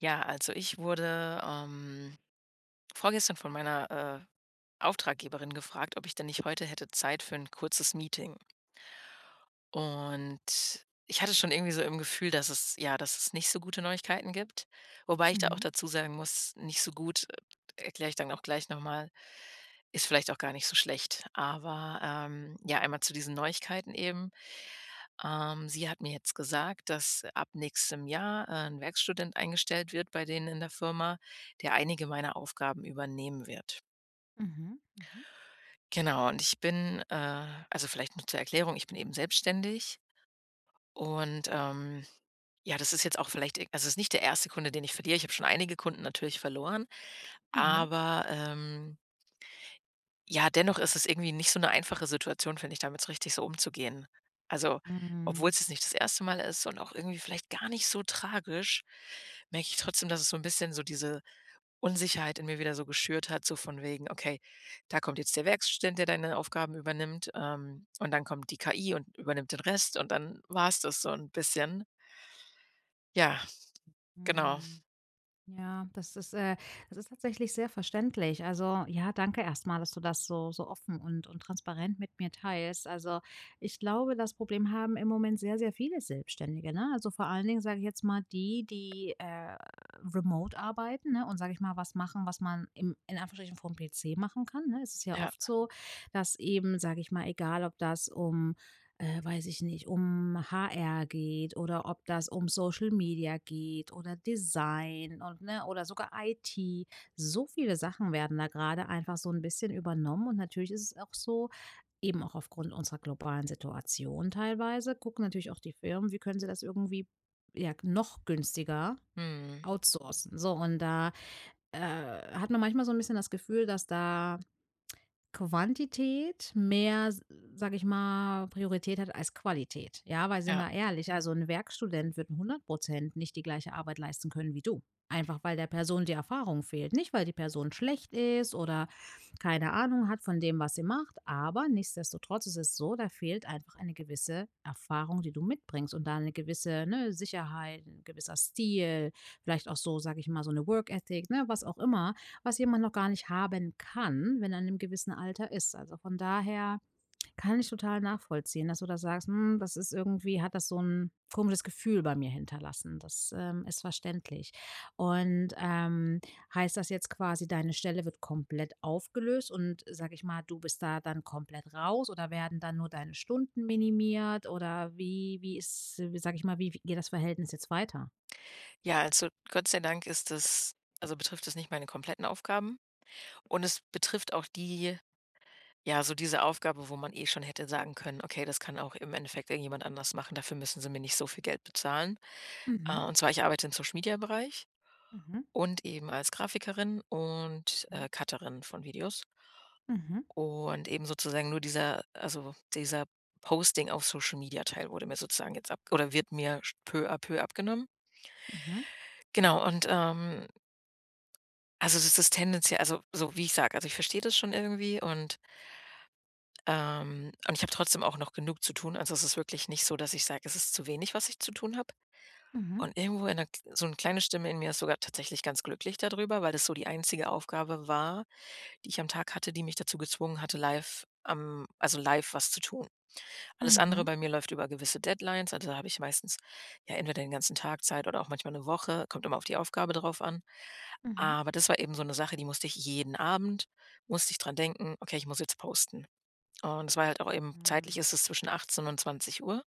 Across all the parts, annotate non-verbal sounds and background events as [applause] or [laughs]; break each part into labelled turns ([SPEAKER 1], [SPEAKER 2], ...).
[SPEAKER 1] Ja, also ich wurde vorgestern von meiner Auftraggeberin gefragt, ob ich denn nicht heute hätte Zeit für ein kurzes Meeting. Und ich hatte schon irgendwie so im Gefühl, dass es, ja, dass es nicht so gute Neuigkeiten gibt. Wobei ich da auch
[SPEAKER 2] Mhm,
[SPEAKER 1] dazu sagen muss, nicht so gut, erkläre ich dann auch gleich nochmal, ist vielleicht auch gar nicht so schlecht. Aber ja, einmal zu diesen Neuigkeiten eben. Sie hat mir jetzt gesagt, dass ab nächstem Jahr, 'n Werkstudent eingestellt wird bei denen in der Firma, der einige meiner Aufgaben übernehmen wird.
[SPEAKER 2] mhm, mhm,
[SPEAKER 1] Genau, und ich bin, also vielleicht nur zur Erklärung, ich bin eben selbstständig und, ja, das ist jetzt auch vielleicht, also, es ist nicht der erste Kunde, den ich verliere. Ich habe schon einige Kunden natürlich verloren,
[SPEAKER 2] mhm.
[SPEAKER 1] aber. Ja, dennoch ist es irgendwie nicht so eine einfache Situation, finde ich, damit so richtig so umzugehen. Also,
[SPEAKER 2] Mhm,
[SPEAKER 1] obwohl's jetzt nicht das erste Mal ist und auch irgendwie vielleicht gar nicht so tragisch, merke ich trotzdem, dass es so ein bisschen so diese Unsicherheit in mir wieder so geschürt hat, so von wegen: „Okay, da kommt jetzt der Werkstudent, der deine Aufgaben übernimmt, und dann kommt die KI und übernimmt den Rest und dann war es das so ein bisschen.“ Ja, genau.
[SPEAKER 2] mhm. Ja, das ist tatsächlich sehr verständlich. Also, ja, danke erstmal, dass du das so offen und transparent mit mir teilst. Also, ich glaube, das Problem haben im Moment sehr, sehr viele Selbstständige, ne? Also, vor allen Dingen, sage ich jetzt mal, die, remote arbeiten, ne, und, sage ich mal, was machen, was man im in Anführungsstrichen vorm PC machen kann, ne? Es ist ja
[SPEAKER 1] Ja,
[SPEAKER 2] oft so, dass eben, sage ich mal, egal ob das um weiß ich nicht, um HR geht oder ob das um Social Media geht oder Design und ne, oder sogar IT. So viele Sachen werden da gerade einfach so ein bisschen übernommen, und natürlich ist es auch so, eben auch aufgrund unserer globalen Situation teilweise, gucken natürlich auch die Firmen, wie können sie das irgendwie, ja, noch günstiger
[SPEAKER 1] Mhm.
[SPEAKER 2] outsourcen. So und da hat man manchmal so ein bisschen das Gefühl, dass da Quantität mehr, sage ich mal, Priorität hat als Qualität. Ja, weil sind
[SPEAKER 1] Ja.
[SPEAKER 2] wir ehrlich, also ein Werkstudent wird 100% nicht die gleiche Arbeit leisten können wie du. Einfach weil der Person die Erfahrung fehlt. Nicht, weil die Person schlecht ist oder keine Ahnung hat von dem, was sie macht, aber nichtsdestotrotz ist es so, da fehlt einfach eine gewisse Erfahrung, die du mitbringst, und da eine gewisse, ne, Sicherheit, 'n gewisser Stil, vielleicht auch so, sage ich mal, so eine Work Ethic, ne, was auch immer, was jemand noch gar nicht haben kann, wenn er in 'nem gewissen Alter ist. Also, von daher kann ich total nachvollziehen, dass du da sagst: „Hm, das ist irgendwie, hat das so ein komisches Gefühl bei mir hinterlassen.“ Das ist verständlich. Und heißt das jetzt quasi, deine Stelle wird komplett aufgelöst und, sage ich mal, du bist da dann komplett raus, oder werden dann nur deine Stunden minimiert, oder wie ist wie sage ich mal, wie geht das Verhältnis jetzt weiter?
[SPEAKER 1] Ja, also Gott sei Dank ist das betrifft das nicht meine kompletten Aufgaben. Und es betrifft auch die ja, so diese Aufgabe, wo man eh schon hätte sagen können: „Okay, das kann auch im Endeffekt irgendjemand anders machen, dafür müssen sie mir nicht so viel Geld bezahlen.“
[SPEAKER 2] Mhm,
[SPEAKER 1] und zwar, ich arbeite im Social-Media-Bereich
[SPEAKER 2] mhm,
[SPEAKER 1] und eben als Grafikerin und,
[SPEAKER 2] mhm,
[SPEAKER 1] Cutterin von Videos.
[SPEAKER 2] mhm,
[SPEAKER 1] Und eben sozusagen nur dieser Posting auf Social Media Teil wurde mir sozusagen jetzt ab oder wird mir sch peu à peu abgenommen.
[SPEAKER 2] mhm,
[SPEAKER 1] Genau und, also, das ist so wie ich sage, also, ich verstehe das schon irgendwie und ich habe trotzdem auch noch genug zu tun. Also, es ist wirklich nicht so, dass ich sage, es ist zu wenig, was ich zu tun habe.
[SPEAKER 2] mhm,
[SPEAKER 1] Und irgendwo in 'ner so eine kleine Stimme in mir ist sogar tatsächlich ganz glücklich darüber, weil das so die einzige Aufgabe war, die ich am Tag hatte, die mich dazu gezwungen hatte, live was zu tun.
[SPEAKER 2] mhm,
[SPEAKER 1] Alles andere
[SPEAKER 2] mhm,
[SPEAKER 1] bei mir läuft über gewisse Deadlines. Also, da habe ich meistens, ja, entweder den ganzen Tag Zeit oder auch manchmal eine Woche, kommt immer auf die Aufgabe drauf an.
[SPEAKER 2] mhm.
[SPEAKER 1] Aber das war eben so eine Sache, die musste ich jeden Abend musste ich dran denken: „Okay, ich muss jetzt posten.“ Und es war halt auch eben zeitlich
[SPEAKER 2] Mhm.
[SPEAKER 1] ist es zwischen 18 und 20 Uhr.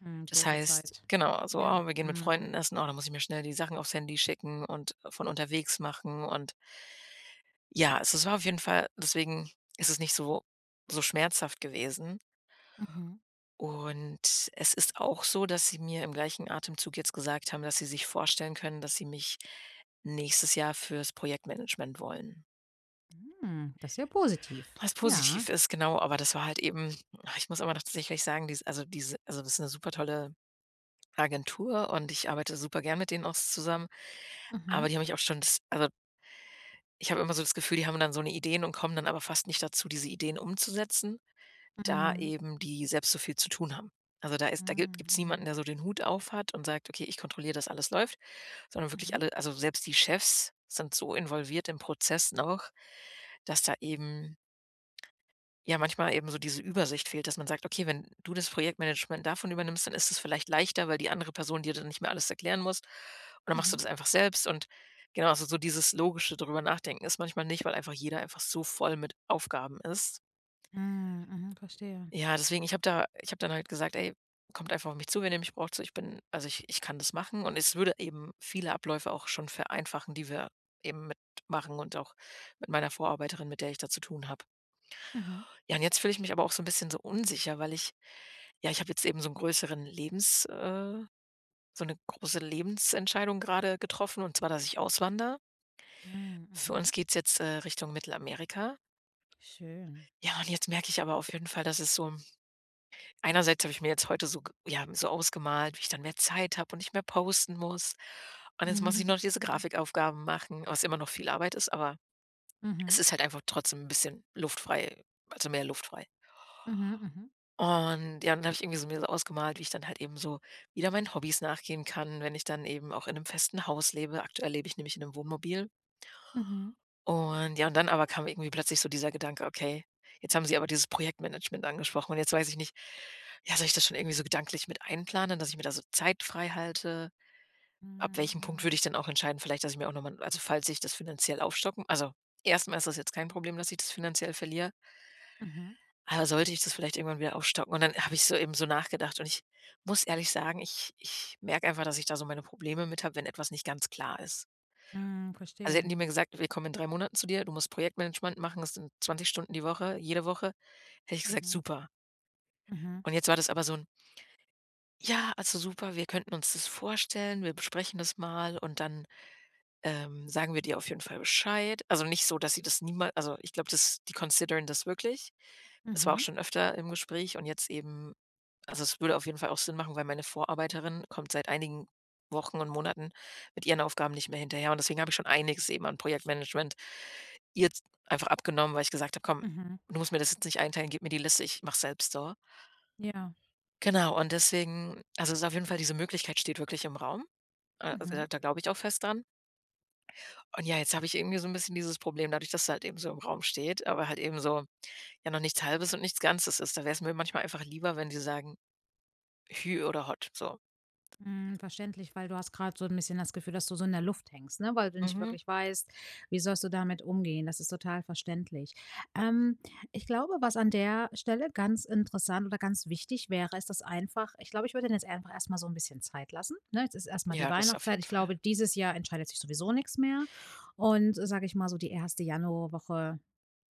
[SPEAKER 2] Mhm,
[SPEAKER 1] Das
[SPEAKER 2] doofe
[SPEAKER 1] heißt,
[SPEAKER 2] Zeit.
[SPEAKER 1] genau, so:
[SPEAKER 2] Ja.
[SPEAKER 1] „Oh, wir gehen mit
[SPEAKER 2] Mhm.
[SPEAKER 1] Freunden essen. Oh, da muss ich mir schnell die Sachen aufs Handy schicken und von unterwegs machen.“ Und ja, also, es war auf jeden Fall deswegen ist es nicht so schmerzhaft gewesen.
[SPEAKER 2] Mhm.
[SPEAKER 1] Und es ist auch so, dass sie mir im gleichen Atemzug jetzt gesagt haben, dass sie sich vorstellen können, dass sie mich nächstes Jahr fürs Projektmanagement wollen.
[SPEAKER 2] Hm, das ist ja positiv.
[SPEAKER 1] Was
[SPEAKER 2] Ja.
[SPEAKER 1] positiv ist, genau, aber das war halt eben. Ich muss aber noch tatsächlich sagen, dies also, diese also, das ist eine super tolle Agentur und ich arbeite super gern mit denen auch zusammen, aber
[SPEAKER 2] Mhm.
[SPEAKER 1] die haben mich auch schon ich habe immer so das Gefühl, die haben dann so eine Ideen und kommen dann aber fast nicht dazu, diese Ideen umzusetzen, da
[SPEAKER 2] Mhm.
[SPEAKER 1] eben die selbst so viel zu tun haben. Also, da gibt
[SPEAKER 2] Mhm.
[SPEAKER 1] es niemanden,
[SPEAKER 2] Mhm.
[SPEAKER 1] der so den Hut auf hat und sagt: „Okay, ich kontrolliere, dass alles läuft“, sondern
[SPEAKER 2] Mhm.
[SPEAKER 1] selbst die Chefs sind so involviert im Prozess noch, dass da ja, manchmal eben so diese Übersicht fehlt, dass man sagt: „Okay, wenn du das Projektmanagement davon übernimmst, dann ist es vielleicht leichter, weil die andere Person dir dann nicht mehr alles erklären muss und dann machst du
[SPEAKER 2] Mhm.
[SPEAKER 1] das einfach selbst.“ Und genau, also so dieses logische drüber nachdenken ist manchmal nicht, weil einfach jeder einfach so voll mit Aufgaben ist.
[SPEAKER 2] Mhm. Mhm. Verstehe.
[SPEAKER 1] Ja, deswegen, ich habe dann halt gesagt: „Ey, kommt einfach auf mich zu, wenn ihr mich braucht, so ich bin also ich kann das machen.“ Und es würde eben viele Abläufe auch schon vereinfachen, die wir eben mitmachen und auch mit meiner Vorarbeiterin, mit der ich da zu tun habe.
[SPEAKER 2] Mhm.
[SPEAKER 1] Ja, und jetzt fühle ich mich aber auch so ein bisschen so unsicher, weil ich ja, ich habe jetzt eben so einen größeren Lebens so eine große Lebensentscheidung gerade getroffen, und zwar, dass ich auswandere.
[SPEAKER 2] Mhm.
[SPEAKER 1] Für uns
[SPEAKER 2] Mhm.
[SPEAKER 1] geht's jetzt, Richtung Mittelamerika.
[SPEAKER 2] Schön.
[SPEAKER 1] Ja, und jetzt merke ich aber auf jeden Fall, dass es so einerseits habe ich mir jetzt heute so g ja, so ausgemalt, wie ich dann mehr Zeit habe und nicht mehr posten muss. Und
[SPEAKER 2] [laughs]
[SPEAKER 1] jetzt muss ich
[SPEAKER 2] Mhm.
[SPEAKER 1] noch diese Grafikaufgaben machen, was immer noch viel Arbeit ist, aber es
[SPEAKER 2] Mhm.
[SPEAKER 1] ist halt einfach trotzdem ein bisschen luftfrei also mehr luftfrei.
[SPEAKER 2] Mhm. Mhm.
[SPEAKER 1] Und ja, dann habe ich irgendwie so mir so ausgemalt, wie ich dann halt eben so wieder meinen Hobbys nachgehen kann, wenn ich dann eben auch in einem festen Haus lebe. Aktuell lebe ich nämlich in einem Wohnmobil.
[SPEAKER 2] Mhm.
[SPEAKER 1] Und ja, und dann aber kam irgendwie plötzlich so dieser Gedanke: „Okay, jetzt haben Sie aber dieses Projektmanagement angesprochen und jetzt weiß ich nicht, ja, soll ich das schon irgendwie so gedanklich mit einplanen, dass ich mir da so Zeit freihalte? Ab welchem Punkt würde
[SPEAKER 2] Mhm.
[SPEAKER 1] ich dann auch entscheiden, vielleicht, dass ich mir auch noch mal also, falls ich das finanziell aufstocken“ also, erstmal ist das jetzt kein Problem, dass ich das finanziell verliere.
[SPEAKER 2] Mhm.
[SPEAKER 1] Aber sollte ich das vielleicht irgendwann wieder aufstocken? Und dann habe ich so eben so nachgedacht und ich muss ehrlich sagen, ich merke einfach, dass ich da so meine Probleme mit habe, wenn etwas nicht ganz klar ist.
[SPEAKER 2] Mhm.
[SPEAKER 1] Also, hätten
[SPEAKER 2] Verstehe.
[SPEAKER 1] die mir gesagt: „Wir kommen in 3 Monaten zu dir, du musst Projektmanagement machen, das sind 20 Stunden die Woche, jede Woche.“ Hätte ich gesagt:
[SPEAKER 2] Mhm.
[SPEAKER 1] „Super.“
[SPEAKER 2] Mhm.
[SPEAKER 1] Und jetzt war das aber so 'n: „Ja, also super, wir könnten uns das vorstellen, wir besprechen das mal und dann“ sagen wir dir auf jeden Fall Bescheid. Also, nicht so, dass sie das niemals also, ich glaube, das die considern das wirklich. Es war auch
[SPEAKER 2] Mhm.
[SPEAKER 1] schon öfter im Gespräch und jetzt eben also, es würde auf jeden Fall auch Sinn machen, weil meine Vorarbeiterin kommt seit einigen Wochen und Monaten mit ihren Aufgaben nicht mehr hinterher und deswegen habe ich schon einiges eben an Projektmanagement ihr z einfach abgenommen, weil ich gesagt habe: „Komm,
[SPEAKER 2] Mhm.
[SPEAKER 1] du musst mir das jetzt nicht einteilen, gib mir die Liste, ich mache selbst so.“
[SPEAKER 2] Ja.
[SPEAKER 1] Genau und es ist auf jeden Fall diese Möglichkeit steht wirklich im Raum. Da
[SPEAKER 2] Mhm.
[SPEAKER 1] da glaube ich auch fest dran. Und ja, jetzt habe ich irgendwie so ein bisschen dieses Problem dadurch, dass es halt eben so im Raum steht, aber halt eben so, ja, noch nichts Halbes und nichts Ganzes ist. Da wär's mir manchmal einfach lieber, wenn die sagen: „Hü“ oder „Hot“, so.
[SPEAKER 2] Hm, verständlich, weil du hast gerade so ein bisschen das Gefühl, dass du so in der Luft hängst, ne, weil du nicht
[SPEAKER 1] Mhm.
[SPEAKER 2] wirklich weißt, wie sollst du damit umgehen. Das ist total verständlich. Ähm, Ich glaube, was an der Stelle ganz interessant oder ganz wichtig wäre, ist das einfach, ich glaube, ich würde denen jetzt einfach erst mal so ein bisschen Zeit lassen, ne? Jetzt ist erst mal
[SPEAKER 1] Ja,
[SPEAKER 2] die
[SPEAKER 1] das auf
[SPEAKER 2] Weihnachtszeit.
[SPEAKER 1] jeden
[SPEAKER 2] Ich
[SPEAKER 1] Fall.
[SPEAKER 2] glaube, dieses Jahr entscheidet sich sowieso nichts mehr, und, sage ich mal, so die erste Januarwoche.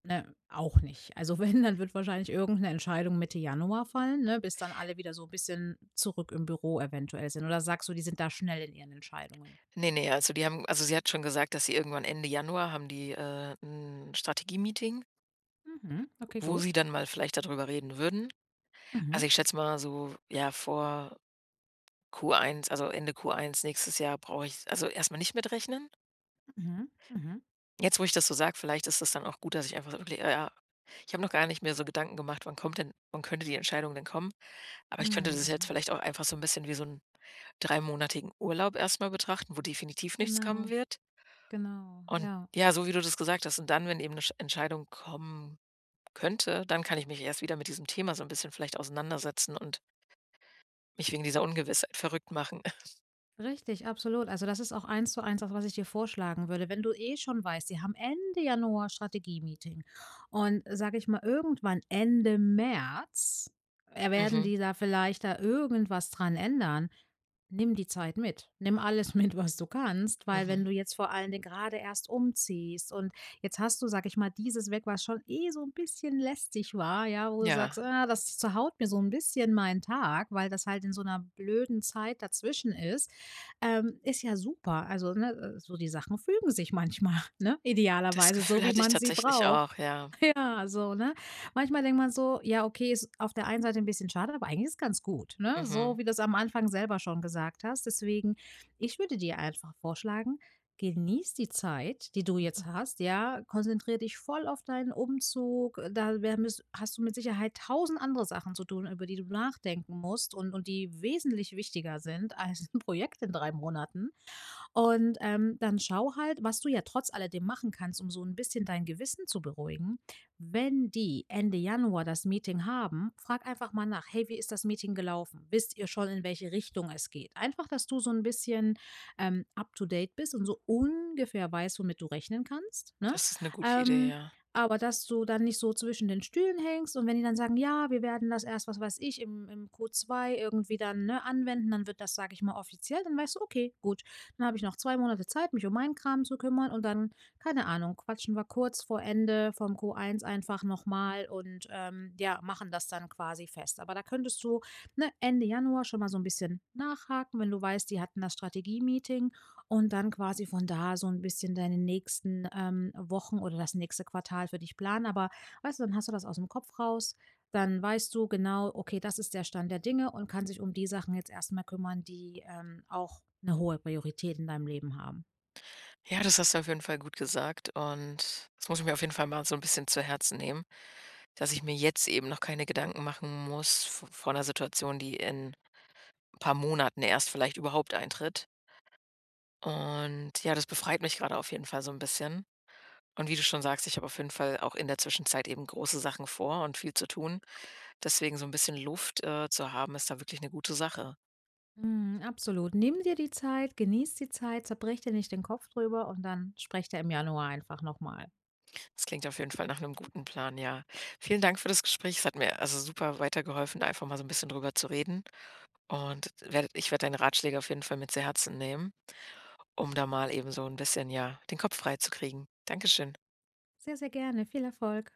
[SPEAKER 2] Ne, auch nicht. Also [laughs] wenn, dann wird wahrscheinlich irgend 'ne Entscheidung Mitte Januar fallen, ne, bis dann alle wieder so 'n bisschen zurück im Büro eventuell sind. Oder sagst du, die sind da schnell in ihren Entscheidungen?
[SPEAKER 1] Ne, also die haben also sie hat schon gesagt, dass sie irgendwann Ende Januar haben die, 'n Strategie-Meeting,
[SPEAKER 2] Mhm, okay,
[SPEAKER 1] wo sie
[SPEAKER 2] gut.
[SPEAKER 1] dann mal vielleicht darüber reden würden.
[SPEAKER 2] Mhm,
[SPEAKER 1] Also, ich schätze mal so, ja, vor Q1, also Ende Q1 nächstes Jahr brauche ich also erstmal nicht mitrechnen.
[SPEAKER 2] mhm, mhm,
[SPEAKER 1] Jetzt, wo ich das so sage, vielleicht ist es dann auch gut, dass ich einfach so wirklich, „Okay, ja, ich habe noch gar nicht mehr so Gedanken gemacht, wann könnte die Entscheidung denn kommen?“ Aber ich könnte
[SPEAKER 2] mhm,
[SPEAKER 1] das jetzt
[SPEAKER 2] mhm.
[SPEAKER 1] vielleicht auch einfach so ein bisschen wie so 'n dreimonatigen Urlaub erstmal betrachten, wo definitiv nichts kommen
[SPEAKER 2] Genau,
[SPEAKER 1] wird.
[SPEAKER 2] genau,
[SPEAKER 1] Und
[SPEAKER 2] ja.
[SPEAKER 1] ja, so wie du das gesagt hast und dann, wenn eben eine Sch Entscheidung kommen könnte, dann kann ich mich erst wieder mit diesem Thema so ein bisschen vielleicht auseinandersetzen und mich wegen dieser Ungewissheit verrückt machen. [laughs]
[SPEAKER 2] Richtig, absolut. Also, das ist auch eins zu eins das, was ich dir vorschlagen würde. Wenn du eh schon weißt, die haben Ende Januar Strategie-Meeting, und sage ich mal, irgendwann Ende März werden
[SPEAKER 1] Mhm,
[SPEAKER 2] die da vielleicht da irgendwas dran ändern. Nimm die Zeit mit. Nimm alles [laughs] mit, was du kannst, weil wenn
[SPEAKER 1] mhm.
[SPEAKER 2] du jetzt vor allen Dingen gerade erst umziehst und jetzt hast du, sag ich mal, dieses weg, was schon eh so ein bisschen lästig war, ja, wo du
[SPEAKER 1] Ja,
[SPEAKER 2] sagst, ah, das zerhaut mir so ein bisschen meinen Tag, weil das halt in so einer blöden Zeit dazwischen ist, ja super. Also, ne, so die Sachen fügen sich manchmal, [laughs] ne?
[SPEAKER 1] das
[SPEAKER 2] Idealerweise so,
[SPEAKER 1] Gefühl
[SPEAKER 2] wie
[SPEAKER 1] hatte ich
[SPEAKER 2] man sie
[SPEAKER 1] tatsächlich
[SPEAKER 2] braucht.
[SPEAKER 1] auch, ja.
[SPEAKER 2] Ja, so, ne? Manchmal denkt man so: „Ja, okay, ist auf der einen Seite ein bisschen schade, aber eigentlich ist es ganz gut“, ne?
[SPEAKER 1] Mhm,
[SPEAKER 2] So wie du's am Anfang selber schon gesagt hast. Deswegen, ich würde dir einfach vorschlagen, genieß die Zeit, die du jetzt
[SPEAKER 1] mhm.
[SPEAKER 2] hast, ja? Konzentriere dich voll auf deinen Umzug. Da wär müss hast du mit Sicherheit tausend andere Sachen zu tun, über die du nachdenken musst, und die wesentlich wichtiger sind als ein Projekt in 3 Monaten. Und dann schau halt, was du ja trotz alledem machen kannst, um so ein bisschen dein Gewissen zu beruhigen. Wenn die Ende Januar das Meeting haben, frag einfach mal nach: „Hey, wie ist das Meeting gelaufen? Wisst ihr schon, in welche Richtung es geht?“ Einfach, dass du so ein bisschen up to date bist und so ungefähr weißt, womit du rechnen kannst, ne?
[SPEAKER 1] Das ist eine gute Idee,
[SPEAKER 2] Ähm,
[SPEAKER 1] ja.
[SPEAKER 2] aber dass du dann nicht so zwischen den Stühlen hängst, und wenn die dann sagen: „Ja, wir werden das erst, was weiß ich, im Q2 irgendwie dann, ne, anwenden“, dann wird das, sage ich mal, offiziell, dann weißt du: „Okay, gut, dann habe ich noch 2 Monate Zeit, mich um meinen Kram zu kümmern, und dann, keine Ahnung, quatschen wir kurz vor Ende vom Q1 einfach nochmal und ja, machen das dann quasi fest.“ Aber da könntest du, ne, Ende Januar schon mal so ein bisschen nachhaken, wenn du weißt, die hatten das Strategie-Meeting, und dann quasi von da so ein bisschen deine nächsten Wochen oder das nächste Quartal für dich planen. Aber weißt du, dann hast du das aus dem Kopf raus. Dann weißt du genau, okay, das ist der Stand der Dinge, und kannst sich um die Sachen jetzt erstmal kümmern, die auch eine hohe Priorität in deinem Leben haben.
[SPEAKER 1] Ja, das hast du auf jeden Fall gut gesagt und das muss ich mir auf jeden Fall mal so ein bisschen zu Herzen nehmen, dass ich mir jetzt eben noch keine Gedanken machen muss v vor einer Situation, die in ein paar Monaten erst vielleicht überhaupt eintritt. Und ja, das befreit mich gerade auf jeden Fall so ein bisschen. Und wie du schon sagst, ich habe auf jeden Fall auch in der Zwischenzeit eben große Sachen vor und viel zu tun. Deswegen so ein bisschen Luft, zu haben, ist da wirklich eine gute Sache.
[SPEAKER 2] Mhm, absolut. Nimm dir die Zeit, genieß die Zeit, zerbrich dir nicht den Kopf drüber, und dann sprecht ihr im Januar einfach nochmal.
[SPEAKER 1] Das klingt auf jeden Fall nach einem guten Plan, ja. Vielen Dank für das Gespräch. Es hat mir also super weitergeholfen, da einfach mal so ein bisschen drüber zu reden. Und werde deine Ratschläge auf jeden Fall mit zu Herzen nehmen, um da mal eben so ein bisschen, ja, den Kopf frei zu freizukriegen. Dankeschön.
[SPEAKER 2] Sehr, sehr gerne. Viel Erfolg.